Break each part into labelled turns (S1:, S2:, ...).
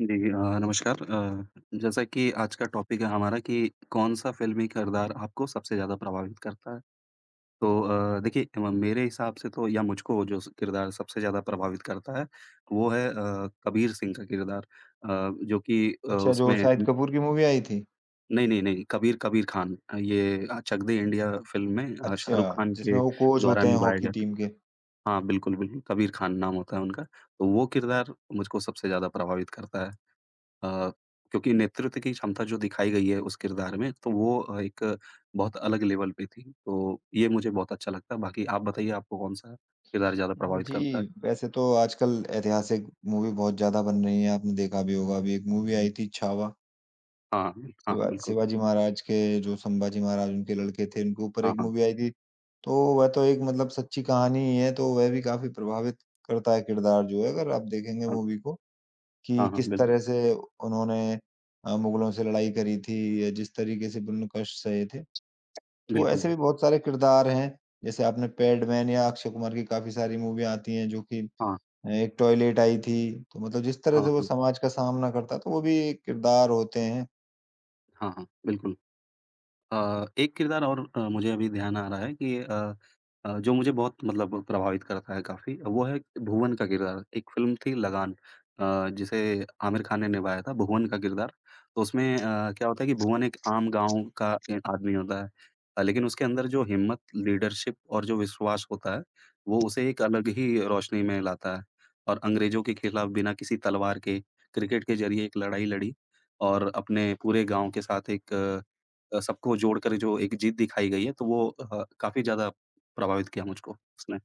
S1: जी नमस्कार। जैसा कि आज का टॉपिक है हमारा कि कौन-सा फ़िल्मी किरदार आपको सबसे ज़्यादा प्रभावित करता है? तो देखिए म मेरे हिसाब से तो या मुझको जो स किरदार सबसे ज़्यादा प्रभावित करता है, वो है कबीर सिंह का किरदार जो कि
S2: अच्छा, जो
S1: उसमें
S2: शाहिद
S1: न
S2: कपूर की मूवी आई थी?
S1: नहीं, नहीं, नहीं, कबीर कबीर खान ये चक दे इंडिया फ़िल्म में
S2: अच्छा,
S1: शाहरुख खान
S2: जिसमें
S1: के
S2: वो कोच
S1: द्वारा
S2: होते हैं
S1: निभाया
S2: हॉकी
S1: गया था।
S2: टीम के।
S1: हाँ, बिल्कुल, बिल्कुल, कबीर खान नाम होता है उनका। तो वो किरदार मुझको सबसे ज़्यादा प्रभावित करता है। अ, क्योंकि नेतृत्व की क्षमता जो दिखाई गई है उस किरदार में, तो वो एक बहुत अलग लेवल पे थी। तो ये मुझे बहुत अच्छा लगता है। बाकी आप बताइए आपको कौन-सा किरदार ज़्यादा प्रभावित
S2: जी,
S1: करता है?
S2: वैसे तो आजकल ऐतिहासिक मूवी बहुत ज़्यादा बन रही हैं, आपने देखा भी होगा। अभी एक मूवी आई थी छावा,
S1: हाँ, हाँ, बिल्कुल।
S2: शिवाजी महाराज के जो संभाजी महाराज उनके लड़के थे, उनके ऊपर
S1: हाँ,
S2: एक
S1: हाँ,
S2: मूवी आई थी। तो वह तो एक मतलब सच्ची कहानी ही है, तो वह भी काफ़ी प्रभावित करता है किरदार जो है, अगर आप देखेंगे
S1: हाँ,
S2: मूवी को कि
S1: हाँ, हाँ,
S2: किस
S1: बिल्कुल,
S2: तरह से उन्होंने मुगलों से लड़ाई करी थी या जिस तरीके से उन्होंने कष्ट सहे थे। तो ऐसे
S1: बिल्कुल।
S2: भी बहुत सारे किरदार हैं, जैसे आपने पैडमैन या अक्षय कुमार की काफ़ी सारी मूवियाँ आती हैं जो कि
S1: हाँ,
S2: एक टॉयलेट आई थी, तो मतलब जिस तरह
S1: हाँ,
S2: से वो
S1: हाँ,
S2: समाज का सामना करता है, तो वो भी एक किरदार होते हैं।
S1: हाँ, हाँ, बिल्कुल। एक किरदार और मुझे अभी ध्यान आ रहा है कि जो मुझे बहुत मतलब प्रभावित करता है काफ़ी, वो है भुवन का किरदार। एक फ़िल्म थी लगान, जिसे आमिर खान ने निभाया था, भुवन का किरदार। तो उसमें क्या होता है कि भुवन एक आम गाँव का ए आदमी होता है, लेकिन उसके अंदर जो हिम्मत, लीडरशिप और जो विश्वास होता है, वो उसे एक अलग ही रोशनी में लाता है। और अंग्रेज़ों के खिलाफ़ बिना किसी तलवार के, क्रिकेट के ज़रिए एक लड़ाई लड़ी और अपने पूरे गाँव के साथ एक सबको जोड़कर जो एक जीत दिखाई गई है, तो वो काफ़ी ज़्यादा प्रभावित किया मुझको उसने।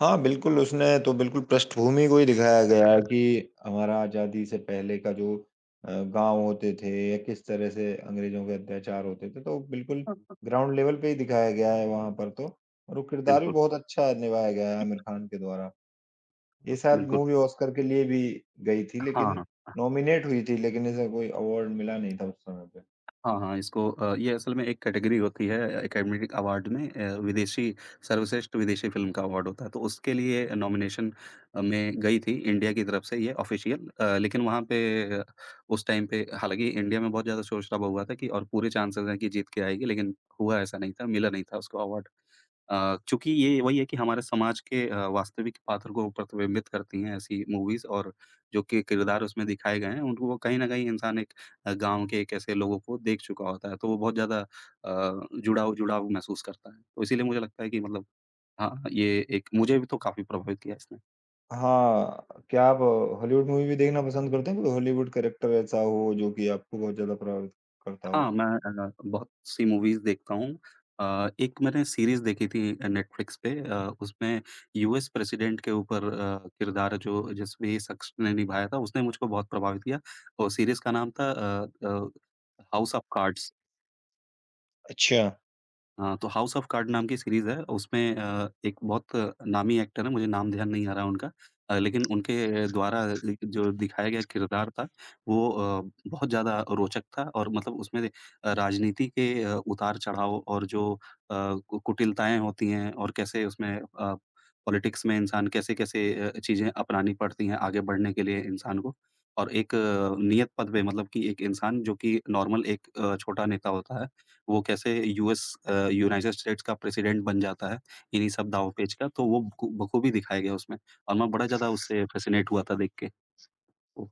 S2: हाँ, बिल्कुल उसने तो बिल्कुल पृष्ठभूमि को ही दिखाया गया है कि हमारा आज़ादी से पहले का जो गाँव होते थे या किस तरह से अंग्रेज़ों के अत्याचार होते थे, तो बिल्कुल ग्राउंड लेवल पे ही दिखाया गया है वहाँ पर तो और वो किरदार भी
S1: बिल्कुल,
S2: बहुत अच्छा निभाया गया है आमिर खान के द्वारा। ये शायद
S1: बिल्कुल।
S2: मूवी ऑस्कर के लिए भी गई थी
S1: हाँ,
S2: लेकिन
S1: हाँ।
S2: नॉमिनेट हुई थी लेकिन इसे कोई अवार्ड मिला नहीं था उस समय पे।
S1: हाँ, हाँ, इसको ये असल में एक कैटेगरी होती है एकेडमिक अवार्ड में, विदेशी सर्वश्रेष्ठ विदेशी फ़िल्म का अवार्ड होता है, तो उसके लिए नॉमिनेशन में गई थी इंडिया की तरफ से ये ऑफ़िशियल, लेकिन वहाँ पे अ, उस टाइम पे हालाँकि इंडिया में बहुत ज़्यादा शोर-शराबा हुआ था कि और पूरे चांसेज़ हैं कि जीत के आएगी, लेकिन हुआ ऐसा नहीं था, मिला नहीं था उसको अवार्ड। चूँकि ये वही है कि हमारे समाज के वास्तविक पात्र को प्रतिबिंबित करती हैं ऐसी मूवीज़ और जो कि किरदार उसमें दिखाए गए हैं, उनको कहीं न कहीं इंसान एक गाँव के कैसे लोगों को देख चुका होता है, तो वो बहुत ज़्यादा जुड़ाव जुड़ाव महसूस करता है। तो इसीलिए मुझे लगता है कि मतलब हाँ, ये एक मुझे भी तो काफ़ी प्रभावित किया इसने।
S2: हाँ, क्या आप हॉलीवुड मूवी भी देखना पसंद करते हैं? कोई हॉलीवुड कैरेक्टर ऐसा हो जो कि आपको बहुत ज़्यादा प्रभावित करता हो?
S1: हाँ, मैं बहुत सी मूवीज़ देखता हूँ। एक मैंने सीरीज़ देखी थी नेटफ्लिक्स पे, उसमें यूएस प्रेसिडेंट के ऊपर किरदार जो जिस भी शख्स ने निभाया था, उसने मुझको बहुत प्रभावित किया और सीरीज़ का नाम था हाउस ऑफ कार्ड्स।
S2: अच्छा।
S1: हाँ, तो हाउस ऑफ कार्ड नाम की सीरीज़ है, उसमें एक बहुत नामी एक्टर है, मुझे नाम ध्यान नहीं आ रहा है उनका, लेकिन उनके द्वारा लि जो दिखाया गया किरदार था, वो बहुत ज़्यादा रोचक था और मतलब उसमें राजनीति के उतार-चढ़ाव और जो कु कुटिलताएँ होती हैं और कैसे उसमें पॉलिटिक्स में इंसान कैसे-कैसे चीज़ें अपनानी पड़ती हैं आगे बढ़ने के लिए इंसान को और एक नियत पद पे मतलब कि एक इंसान जो कि नॉर्मल एक छोटा नेता होता है, वो कैसे यूएस, यूनाइटेड स्टेट्स का प्रेसिडेंट बन जाता है, इन्हीं सब दाँव-पेच का, तो वो बखूबी दिखाया गया उसमें और मैं बड़ा ज़्यादा उससे फ़ैसिनेट हुआ था देख के। तो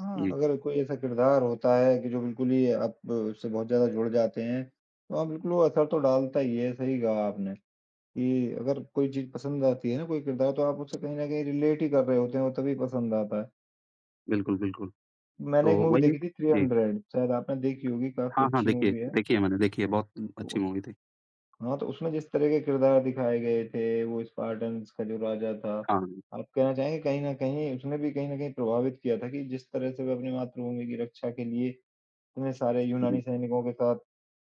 S2: हाँ,
S1: जी,
S2: अगर कोई ऐसा किरदार होता है कि जो बिल्कुल ही आप उससे बहुत ज़्यादा जुड़ जाते हैं, तो हाँ, बिल्कुल वो असर तो डालता ही है, सही कहा आपने कि अगर कोई चीज़ पसंद आती है ना कोई किरदार तो आप उससे कहीं न कहीं रिलेट ही कर रहे होते हैं और तभी पसंद आता है।
S1: बिल्कुल, बिल्कुल। तो
S2: मैंने एक मूवी
S1: वही है
S2: देखी थी
S1: जी।
S2: 300, शायद आपने देखी होगी, काफ़ी
S1: हाँ, हाँ,
S2: अच्छी
S1: देखिए
S2: मूवी है।
S1: देखी है मैंने, देखी है, बहुत अच्छी
S2: उस
S1: मूवी थी।
S2: हाँ, तो उसमें जिस तरह के किरदार दिखाए गए थे, वो स्पार्टन्स का जो राजा था,
S1: हाँ,
S2: आप कहना चाहेंगे कहीं न कहीं उसने भी कहीं न कहीं प्रभावित किया था कि जिस तरह से वह अपनी मातृभूमि की रक्षा के लिए इतने सारे
S1: जी,
S2: यूनानी सैनिकों के साथ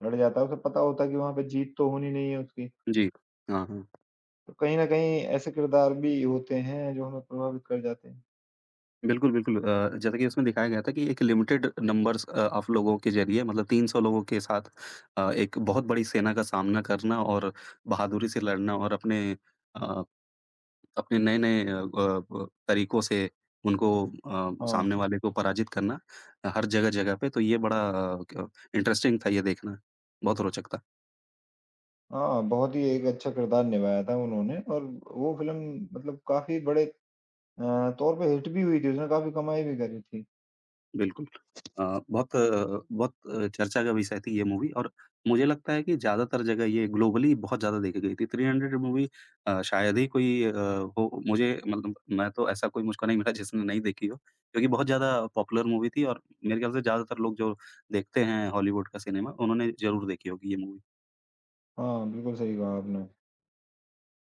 S2: लड़ जाता है, उसे पता होता है कि वहाँ पे जीत तो होनी नहीं है उसकी।
S1: जी। हाँ, हाँ।
S2: तो कहीं न कहीं ऐसे किरदार भी होते हैं जो हमें प्रभावित कर जाते हैं।
S1: बिल्कुल, बिल्कुल, जैसा कि उसमें दिखाया गया था कि एक लिमिटेड नंबर्स ऑफ लोगों के ज़रिए मतलब 300 लोगों के साथ, एक बहुत बड़ी सेना का सामना करना और बहादुरी से लड़ना और अपने अ अपने नए-नए अ, ब तरीकों से उनको
S2: हाँ,
S1: सामने वाले को पराजित करना, हर जगह-जगह पे, तो ये बड़ा अ, क इंटरेस्टिंग था ये देखना। बहुत रोचक था,
S2: हाँ, बहुत ही एक अच्छा किरदार निभाया था उन्होंने और वो फ़िल्म मतलब काफ़ी बड़े तौर पे हिट भी हुई थी, उसने काफ़ी कमाई भी करी थी।
S1: बिल्कुल। बहुत चर्चा का विषय थी ये मूवी और मुझे लगता है कि ज़्यादातर जगह ये ग्लोबली बहुत ज़्यादा देखी गई थी। थ्री हंड्रेड मूवी, शायद ही कोई हो मुझे मतलब मैं तो ऐसा कोई मुझको नहीं मिला जिसने नहीं देखी हो, क्योंकि बहुत ज़्यादा पॉपुलर मूवी थी और मेरे ख्याल से ज़्यादातर लोग जो देखते हैं हॉलीवुड का सिनेमा, उन्होंने ज़रूर देखी होगी ये मूवी।
S2: हाँ, बिल्कुल सही कहा आपने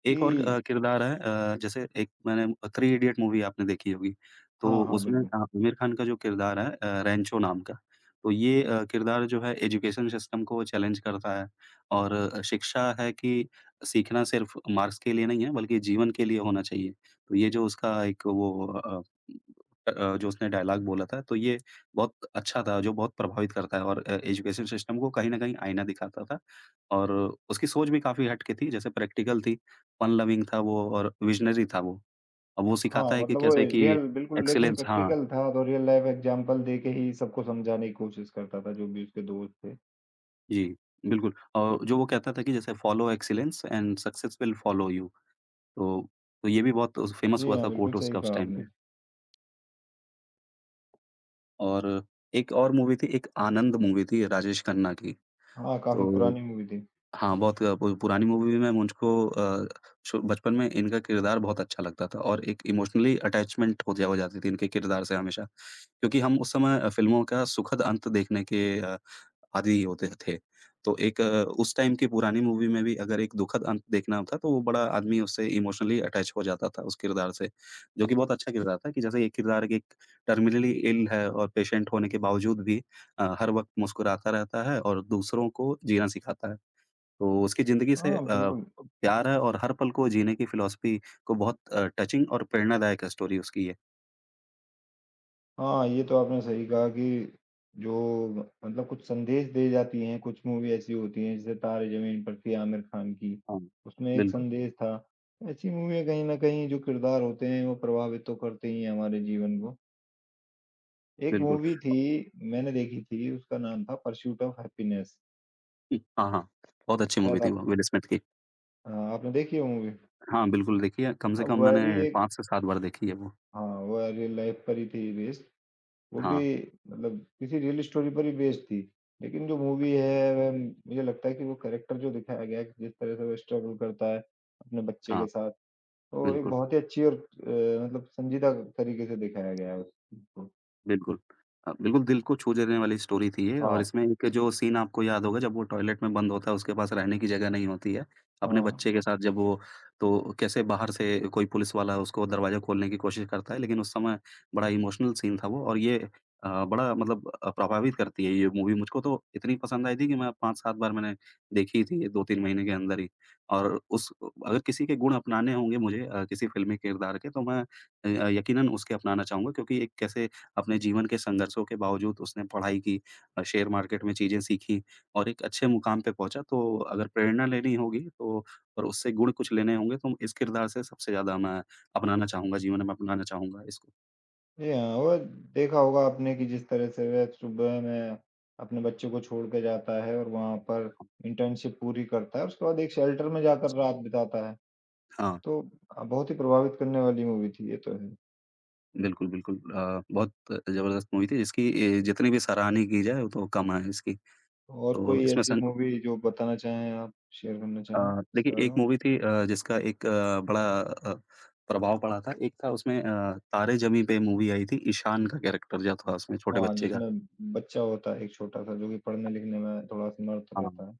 S1: एक और
S2: कि
S1: किरदार है, जैसे एक मैंने थ्री इडियट मूवी आपने देखी होगी, तो
S2: हाँ, हाँ,
S1: उसमें
S2: बिल्कुल।
S1: आमिर खान का जो किरदार है रैंचो नाम का, तो ये किरदार जो है एजुकेशन सिस्टम को चैलेंज करता है और शिक्षा है कि सीखना सिर्फ मार्क्स के लिए नहीं है, बल्कि जीवन के लिए होना चाहिए। तो ये जो उसका एक वो जो उसने डायलॉग बोला था, तो ये बहुत अच्छा था, जो बहुत प्रभावित करता है और एजुकेशन सिस्टम को कहीं न कहीं आईना दिखाता था और उसकी सोच भी काफ़ी हट के थी, जैसे प्रैक्टिकल थी, फन लविंग था वो और विज़नरी था वो। अब वो
S2: हाँ,
S1: सिखाता है कि
S2: मतलब वो
S1: कैसे कि
S2: रियल बिल्कुल एकदम
S1: एक्सीलेंस, हाँ,
S2: प्रैक्टिकल था तो रियल लाइफ़ एग्ज़ाम्पल दे के ही सबको समझाने की कोशिश करता था, जो भी उसके दोस्त थे।
S1: जी, बिल्कुल और जो वो कहता था कि जैसे follow excellence and success will follow you. तो तो ये भी बहुत फेमस
S2: जी
S1: हुआ
S2: हाँ,
S1: था
S2: बिल्कुल
S1: कोट
S2: सही
S1: उसका उस
S2: कहा
S1: टाइम पे।
S2: आपने।
S1: और एक और मूवी थी, एक आनंद मूवी थी राजेश खन्ना की।
S2: हाँ, काफ़ी
S1: तो
S2: पुरानी मूवी थी।
S1: हाँ, बहुत अ, पु पुरानी मूवी में मुझको छो बचपन में इनका किरदार बहुत अच्छा लगता था और एक इमोशनली अटैचमेंट हो जाती थी इनके किरदार से हमेशा। क्योंकि हम उस समय फ़िल्मों का सुखद अंत देखने के आदि होते थे। तो एक उस टाइम की पुरानी मूवी में भी अगर एक दुखद अंत देखना था, तो वो बड़ा आदमी उससे इमोशनली अटैच हो जाता था उस किरदार से, जो कि बहुत अच्छा किरदार था कि जैसे ये किरदार एक टर्मिनली इल है और पेशेंट होने के बावजूद भी हर वक़्त मुस्कुराता रहता है और दूसरों को जीना सिखाता है। तो उसकी ज़िंदगी से
S2: हाँ, बिल्कुल।
S1: प्यार है और हर पल को जीने की फ़िलॉसफ़ी को बहुत टचिंग और प्रेरणादायक स्टोरी उसकी ये।
S2: हाँ, ये तो आपने सही कहा कि जो मतलब कुछ संदेश दे जाती हैं, कुछ मूवी ऐसी होती हैं, जैसे तारे ज़मीन पर थी आमिर खान की,
S1: हाँ,
S2: उसमें एक
S1: बिल्कुल,
S2: संदेश था। ऐसी मूवियाँ कहीं न कहीं जो किरदार होते हैं, वो प्रभावित तो करते ही हैं हमारे जीवन को। एक
S1: बिल्कुल।
S2: मूवी थी, मैंने देखी थी, उसका नाम था परस्यूट ऑफ हैप्पीनेस।
S1: हुँ, हाँ, हाँ। बहुत अच्छी मूवी
S2: शायद
S1: थी
S2: आप
S1: वो विल स्मिथ की।
S2: आपने देखी है वो मूवी?
S1: हाँ, बिल्कुल देखी है, कम से
S2: अब
S1: कम
S2: वह
S1: मैंने
S2: भी एक
S1: 5 से 7 बार देखी है वो।
S2: हाँ, वह रियल लाइफ़ पर ही थी बेस्ड। वो भी
S1: हाँ,
S2: मतलब किसी रियल स्टोरी पर ही बेस्ड थी। लेकिन जो मूवी है वह मुझे लगता है कि वो कैरेक्टर जो दिखाया गया है कि जिस तरह से वो स्ट्रगल करता है अपने बच्चे
S1: हाँ,
S2: के साथ, तो एक
S1: बिल्कुल।
S2: बहुत ही अच्छी और मतलब संजीदा तरीके से दिखाया गया है उसको।
S1: बिल्कुल। बिल्कुल दिल को छू लेने वाली स्टोरी थी ये और
S2: हाँ।
S1: इसमें एक जो सीन आपको याद होगा जब वो टॉयलेट में बंद होता है, उसके पास रहने की जगह नहीं होती है। अपने
S2: हाँ।
S1: बच्चे के साथ जब वो, तो कैसे बाहर से कोई पुलिस वाला उसको दरवाज़ा खोलने की कोशिश करता है, लेकिन उस समय बड़ा इमोशनल सीन था वो और ये बड़ा प्रभावित करती है ये मूवी मुझको तो इतनी पसंद आई थी कि मैं 5-7 बार मैंने देखी थी ये 2-3 महीने के अंदर ही। और उस, अगर किसी के गुण अपनाने होंगे मुझे किसी फ़िल्मी किरदार के तो मैं यकीनन उसके अपनाना चाहूँगा क्योंकि एक कैसे अपने जीवन के संघर्षों के बावजूद उसने पढ़ाई की, शेयर मार्केट में चीज़ें सीखीं और एक अच्छे मुकाम पे पहुँचा। तो अगर प्रेरणा लेनी होगी तो और उससे गुण कुछ लेने होंगे तो इस किरदार से सबसे ज़्यादा मैं अपनाना चाहूँगा, जीवन में अपनाना चाहूँगा इसको।
S2: जी हाँ, और देखा होगा आपने कि जिस तरह से वह सुबह में अपने बच्चों को छोड़ के जाता है और वहाँ पर इंटर्नशिप पूरी करता है, उसके बाद एक शेल्टर में जाकर रात बिताता है।
S1: हाँ,
S2: तो बहुत ही प्रभावित करने वाली मूवी थी, ये तो है।
S1: बिल्कुल, बिल्कुल, बहुत ज़बरदस्त मूवी थी जिसकी ए जितनी भी सराहनीय की जाए वो तो कम है इसकी।
S2: और
S1: तो
S2: कोई
S1: इसमें
S2: ऐसी
S1: सन
S2: मूवी जो बताना चाहें आप, शेयर करना चाहें इसके
S1: देखिए
S2: बारे
S1: एक
S2: में?
S1: मूवी थी जिसका एक बड़ा प्रभाव पड़ा था। एक था उसमें तारे ज़मीं पे मूवी आई थी, ईशान का कैरेक्टर जो था उसमें छोटे
S2: हाँ,
S1: बच्चे का।
S2: जिसमें बच्चा होता है एक छोटा-सा जो कि पढ़ने-लिखने में थोड़ा समर्थ
S1: हाँ,
S2: रहता है।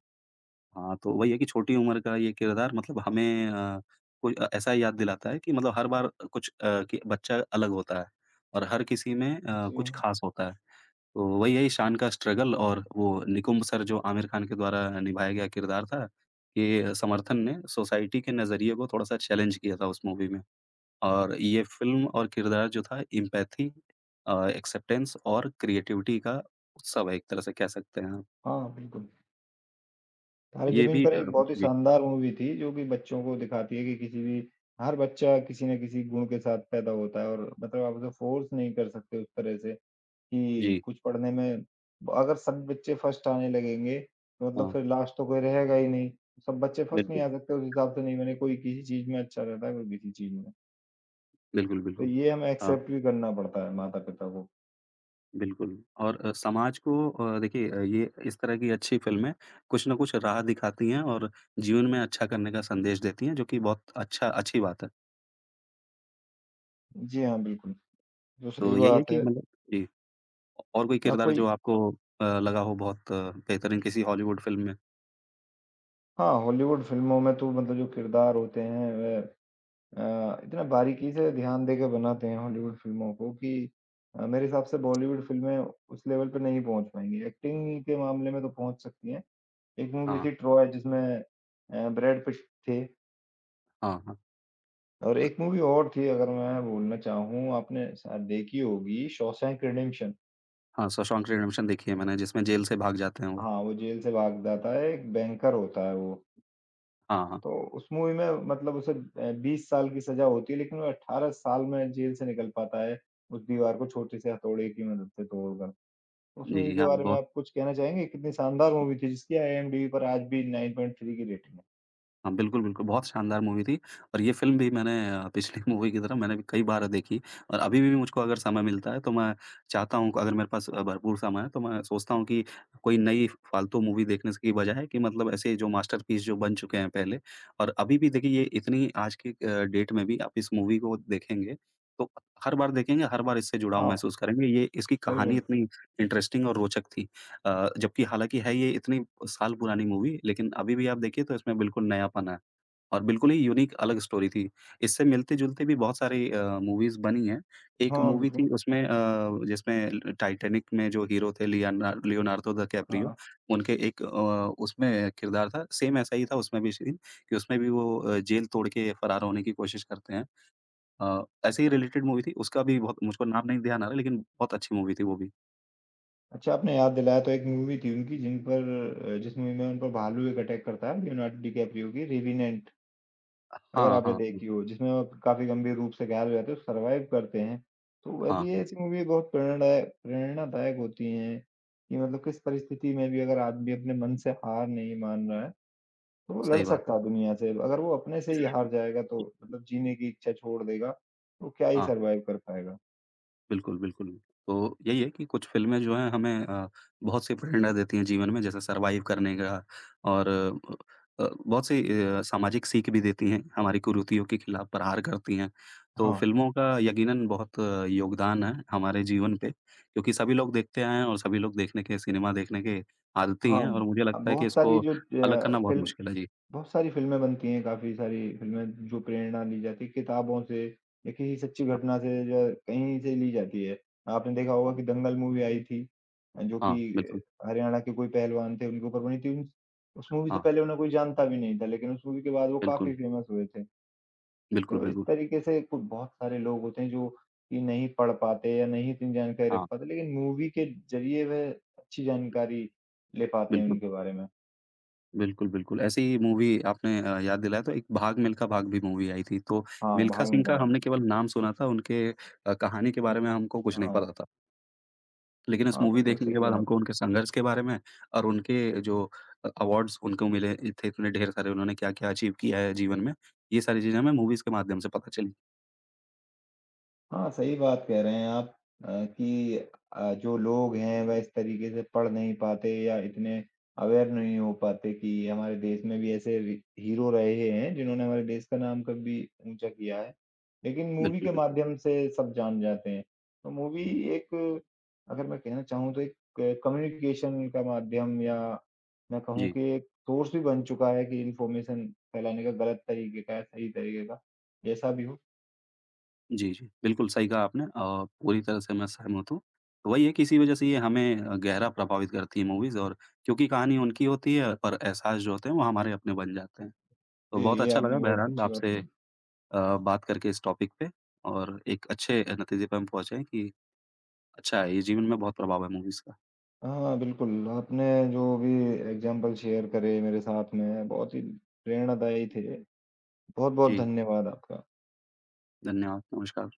S1: हाँ, तो वही है कि छोटी उम्र का ये किरदार मतलब हमें कोई ऐसा याद दिलाता है कि मतलब हर बार कुछ कि बच्चा अलग होता है और हर किसी में
S2: जी
S1: कुछ
S2: हाँ।
S1: ख़ास होता है। तो वही है ईशान का स्ट्रगल और वो निकुम्ब सर जो आमिर खान के द्वारा निभाया गया किरदार था, ये समर्थन ने सोसाइटी के नज़रिए को थोड़ा-सा चैलेंज किया था उस मूवी में। और ये फ़िल्म और किरदार जो था एम्पैथी, एक्सेप्टेंस और क्रिएटिविटी का उत्सव है एक तरह से कह सकते हैं आप।
S2: हाँ, बिल्कुल। तारे
S1: ये
S2: ज़मीन
S1: भी
S2: पर एक बहुत ही
S1: जी,
S2: शानदार मूवी थी जो कि बच्चों को दिखाती है कि किसी भी हर बच्चा किसी न किसी गुण के साथ पैदा होता है और मतलब आप उसे फ़ोर्स नहीं कर सकते उस तरह से कि
S1: जी,
S2: कुछ पढ़ने में अगर सब बच्चे फर्स्ट आने लगेंगे, तो मतलब
S1: हाँ,
S2: फिर लास्ट तो कोई रहेगा ही नहीं। सब बच्चे फर्स्ट नहीं
S1: बिल्कुल,
S2: आ सकते, उस हिसाब से नहीं बने, कोई किसी चीज़ में अच्छा रहता है, कोई किसी चीज़ में।
S1: बिल्कुल,
S2: तो
S1: बिल्कुल।
S2: ये हमें
S1: हाँ,
S2: एक्सेप्ट भी करना पड़ता है माता-पिता को।
S1: बिल्कुल और समाज को देखिए ये इस तरह की अच्छी फ़िल्में कुछ ना कुछ राह दिखाती हैं और जीवन में अच्छा करने का संदेश देती हैं, जो कि बहुत अच्छा अच्छी बात है।
S2: जी हाँ, बिल्कुल, जो सही
S1: तो यही है
S2: बात
S1: कि
S2: है।
S1: मतलब जी, और कोई
S2: हाँ,
S1: किरदार
S2: कोई
S1: जो आपको लगा हो बहुत बेहतरीन किसी हॉलीवुड फ़िल्म में?
S2: हाँ, हॉलीवुड फ़िल्मों में तो मतलब जो किरदार होते हैं वह इतना बारीकी से ध्यान देके बनाते हैं हॉलीवुड फ़िल्मों को कि मेरे हिसाब से बॉलीवुड फ़िल्में उस लेवल पे नहीं पहुँच पाएँगी। एक्टिंग के मामले में तो पहुँच सकती हैं। एक मूवी
S1: हाँ,
S2: थी ट्रॉय, जिसमें ब्रैड पिट थे,
S1: हाँ, हाँ।
S2: और एक मूवी और थी, अगर मैं बोलना चाहूँ, आपने शायद देखी होगी शॉशैंक रिडेम्पशन।
S1: हाँ, शॉशैंक रिडेम्पशन देखी है मैंने जिसमें जेल से भाग जाते हैं वो।
S2: हाँ, वो जेल से भागता था, एक बैंकर होता है वो।
S1: हाँ, हाँ।
S2: तो उस मूवी में मतलब उसे 20 साल की सज़ा होती है, लेकिन वो 18 साल में जेल से निकल पाता है, उस दीवार को छोटे-से हथौड़े की मदद से तोड़कर। उस
S1: जी,
S2: मूवी
S1: जी,
S2: के
S1: हाँ,
S2: बारे में
S1: बहुत,
S2: आप कुछ कहना चाहेंगे? कितनी शानदार मूवी थी, जिसकी आईएमडीबी पर आज भी 9.3 की रेटिंग है।
S1: हाँ, बिल्कुल, बिल्कुल, बहुत शानदार मूवी थी और ये फ़िल्म भी मैंने पिछली मूवी की तरह मैंने भी कई बार देखी और अभी भी मुझको अगर समय मिलता है तो मैं चाहता हूँ अगर मेरे पास भरपूर समय है तो मैं सोचता हूँ कि कोई नई फालतू मूवी देखने की बजाय कि मतलब ऐसे जो मास्टरपीस जो बन चुके हैं पहले और अभी भी देखिए ये इतनी आज की डेट में भी आप इस मूवी को देखेंगे तो हर बार देखेंगे, हर बार इससे जुड़ाव
S2: हाँ,
S1: महसूस करेंगे। ये इसकी कहानी
S2: बिल्कुल।
S1: इतनी इंटरेस्टिंग और रोचक थी। जबकि हालाँकि है ये इतनी साल पुरानी मूवी, लेकिन अभी भी आप देखिए तो इसमें बिल्कुल नयापन है और बिल्कुल ही यूनिक अलग स्टोरी थी। इससे मिलते-जुलते भी बहुत सारी मूवीज़ बनी हैं। एक
S2: हाँ,
S1: मूवी
S2: बिल्कुल।
S1: थी उसमें जिसमें ल टाइटैनिक में जो हीरो थे लियाना लियोनार्डो डिकैप्रियो,
S2: हाँ।
S1: उनके एक उसमें किरदार था, सेम ऐसा ही था उसमें भी सीन कि उसमें भी वो जेल तोड़ के फरार होने की कोशिश करते हैं। ऐसे ही रिलेटेड मूवी थी, उसका भी बहुत मुझको नाम नहीं ध्यान आ रहा है लेकिन बहुत अच्छी मूवी थी वो भी।
S2: अच्छा, आपने याद दिलाया तो एक मूवी थी उनकी जिस मूवी में उन पर भालू एक अटैक करता है, लियोनार्डो डिकैप्रियो की रेवेनेंट। अगर
S1: हाँ,
S2: आपने
S1: हाँ, हुँ।
S2: देखी हो, जिसमें वो काफ़ी गंभीर रूप से घायल हो जाते हैं, सर्वाइव करते हैं, तो वह
S1: हाँ,
S2: भी
S1: हुँ।
S2: ऐसी मूवी बहुत प्रेरणादायक होती हैं कि मतलब किस परिस्थिति में भी अगर आदमी अपने मन से हार नहीं मान रहा है, तो वो लड़
S1: सही बात
S2: सकता
S1: है।
S2: है दुनिया से। अगर वो अपने से ही हार जाएगा तो मतलब जीने की इच्छा छोड़ देगा, तो क्या ही
S1: हाँ,
S2: सर्वाइव कर पाएगा।
S1: बिल्कुल, बिल्कुल। तो यही है कि कुछ फ़िल्में जो हैं हमें बहुत सी प्रेरणा देती हैं जीवन में जैसे सरवाइव करने का और बहुत सी सामाजिक सीख भी देती हैं, हमारी कुरीतियों के खिलाफ प्रहार करती हैं। तो
S2: हाँ,
S1: फ़िल्मों का यकीनन बहुत योगदान है हमारे जीवन पे क्योंकि सभी लोग देखते आए हैं और सभी लोग देखने के सिनेमा देखने के आदती
S2: हाँ,
S1: हैं और मुझे
S2: अब
S1: लगता है कि
S2: बहुत सारी
S1: इसको
S2: जो
S1: अलग करना
S2: ज
S1: बहुत
S2: फ़िल्म
S1: मुश्किल है। जी।
S2: बहुत सारी फ़िल्में बनती हैं, काफ़ी सारी फ़िल्में जो प्रेरणा ली जाती है किताबों से या किसी सच्ची
S1: हाँ,
S2: घटना से या कहीं से ली जाती है। आपने देखा होगा कि दंगल मूवी आई थी जो
S1: हाँ,
S2: कि
S1: हाँ, बिल्कुल।
S2: हरियाणा के कोई पहलवान थे, उनके ऊपर बनी थी। उन उस मूवी से
S1: हाँ,
S2: पहले उन्हें कोई जानता भी नहीं था, लेकिन उस मूवी के बाद वो काफ़ी
S1: बिल्कुल।
S2: फ़ेमस हुए थे।
S1: बिल्कुल,
S2: तो इस
S1: बिल्कुल।
S2: तरीके से कु बहुत सारे लोग होते हैं जो कि नहीं पढ़ पाते या नहीं इतनी जानकारी रख
S1: हाँ,
S2: पाते, लेकिन मूवी के ज़रिए वह अच्छी जानकारी ले पाते हैं
S1: बिल्कुल।
S2: उनके बारे में।
S1: बिल्कुल, बिल्कुल। ऐसी ही मूवी आपने याद दिलाया तो एक भाग मिल्खा भाग भी मूवी आई थी। तो
S2: हाँ,
S1: मिल्खा
S2: भाग
S1: सिंह
S2: मिल्खा
S1: का
S2: भाग
S1: हमने केवल
S2: जी।
S1: नाम सुना था, उनके कहानी के बारे में हमको कुछ नहीं पता
S2: हाँ।
S1: था। लेकिन इस
S2: हाँ,
S1: मूवी
S2: बिल्कुल
S1: देखने के
S2: सही
S1: बाद
S2: कहा आपने।
S1: हमको उनके संघर्ष के बारे में और उनके जो अवार्ड्स उनको मिले थे इतने ढेर सारे, उन्होंने क्या-क्या अचीव किया है जीवन में, ये सारी चीज़ें हमें मूवीज़ के माध्यम से पता चली।
S2: हाँ, सही बात कह रहे हैं आप अ, कि जो लोग हैं वह इस तरीके से पढ़ नहीं पाते या इतने अवेयर नहीं हो पाते कि हमारे देश में भी ऐसे वी हीरो रहे हैं जिन्होंने हमारे देश का नाम कभी ऊँचा किया है। लेकिन मूवी
S1: बिल्कुल,
S2: के
S1: बिल्कुल।
S2: माध्यम से सब जान जाते हैं। तो मूवी एक, अगर मैं कहना चाहूँ तो एक कम्युनिकेशन का माध्यम, या मैं कहूँ
S1: जी।
S2: कि एक सोर्स भी बन चुका है कि इन्फॉर्मेशन फैलाने का गलत तरीके का या सही तरीके का, जैसा भी हो।
S1: जी, जी। बिल्कुल सही कहा आपने, पूरी तरह से मैं सहमत हूँ। तो वही है कि इसी वज़ह से ये हमें गहरा प्रभावित करती है मूवीज़ और क्योंकि कहानी उनकी होती है पर एहसास जो होते हैं वो हमारे अपने बन जाते हैं। तो
S2: जी,
S1: बहुत
S2: ये
S1: अच्छा
S2: आपने
S1: लगा
S2: बहुत
S1: बहरहाल
S2: अच्छी बात
S1: आपसे
S2: कही।
S1: बात करके इस टॉपिक पे और एक अच्छे नतीजे पे हम पहुँचे हैं कि अच्छा है ये जीवन में बहुत प्रभाव है मूवीज़ का।
S2: हाँ, बिल्कुल, आपने जो भी एग्ज़ाम्पल शेयर करे मेरे साथ में बहुत ही प्रेरणादायी थे। बहुत-बहुत
S1: जी,
S2: धन्यवाद आपका।
S1: धन्यवाद, नमस्कार।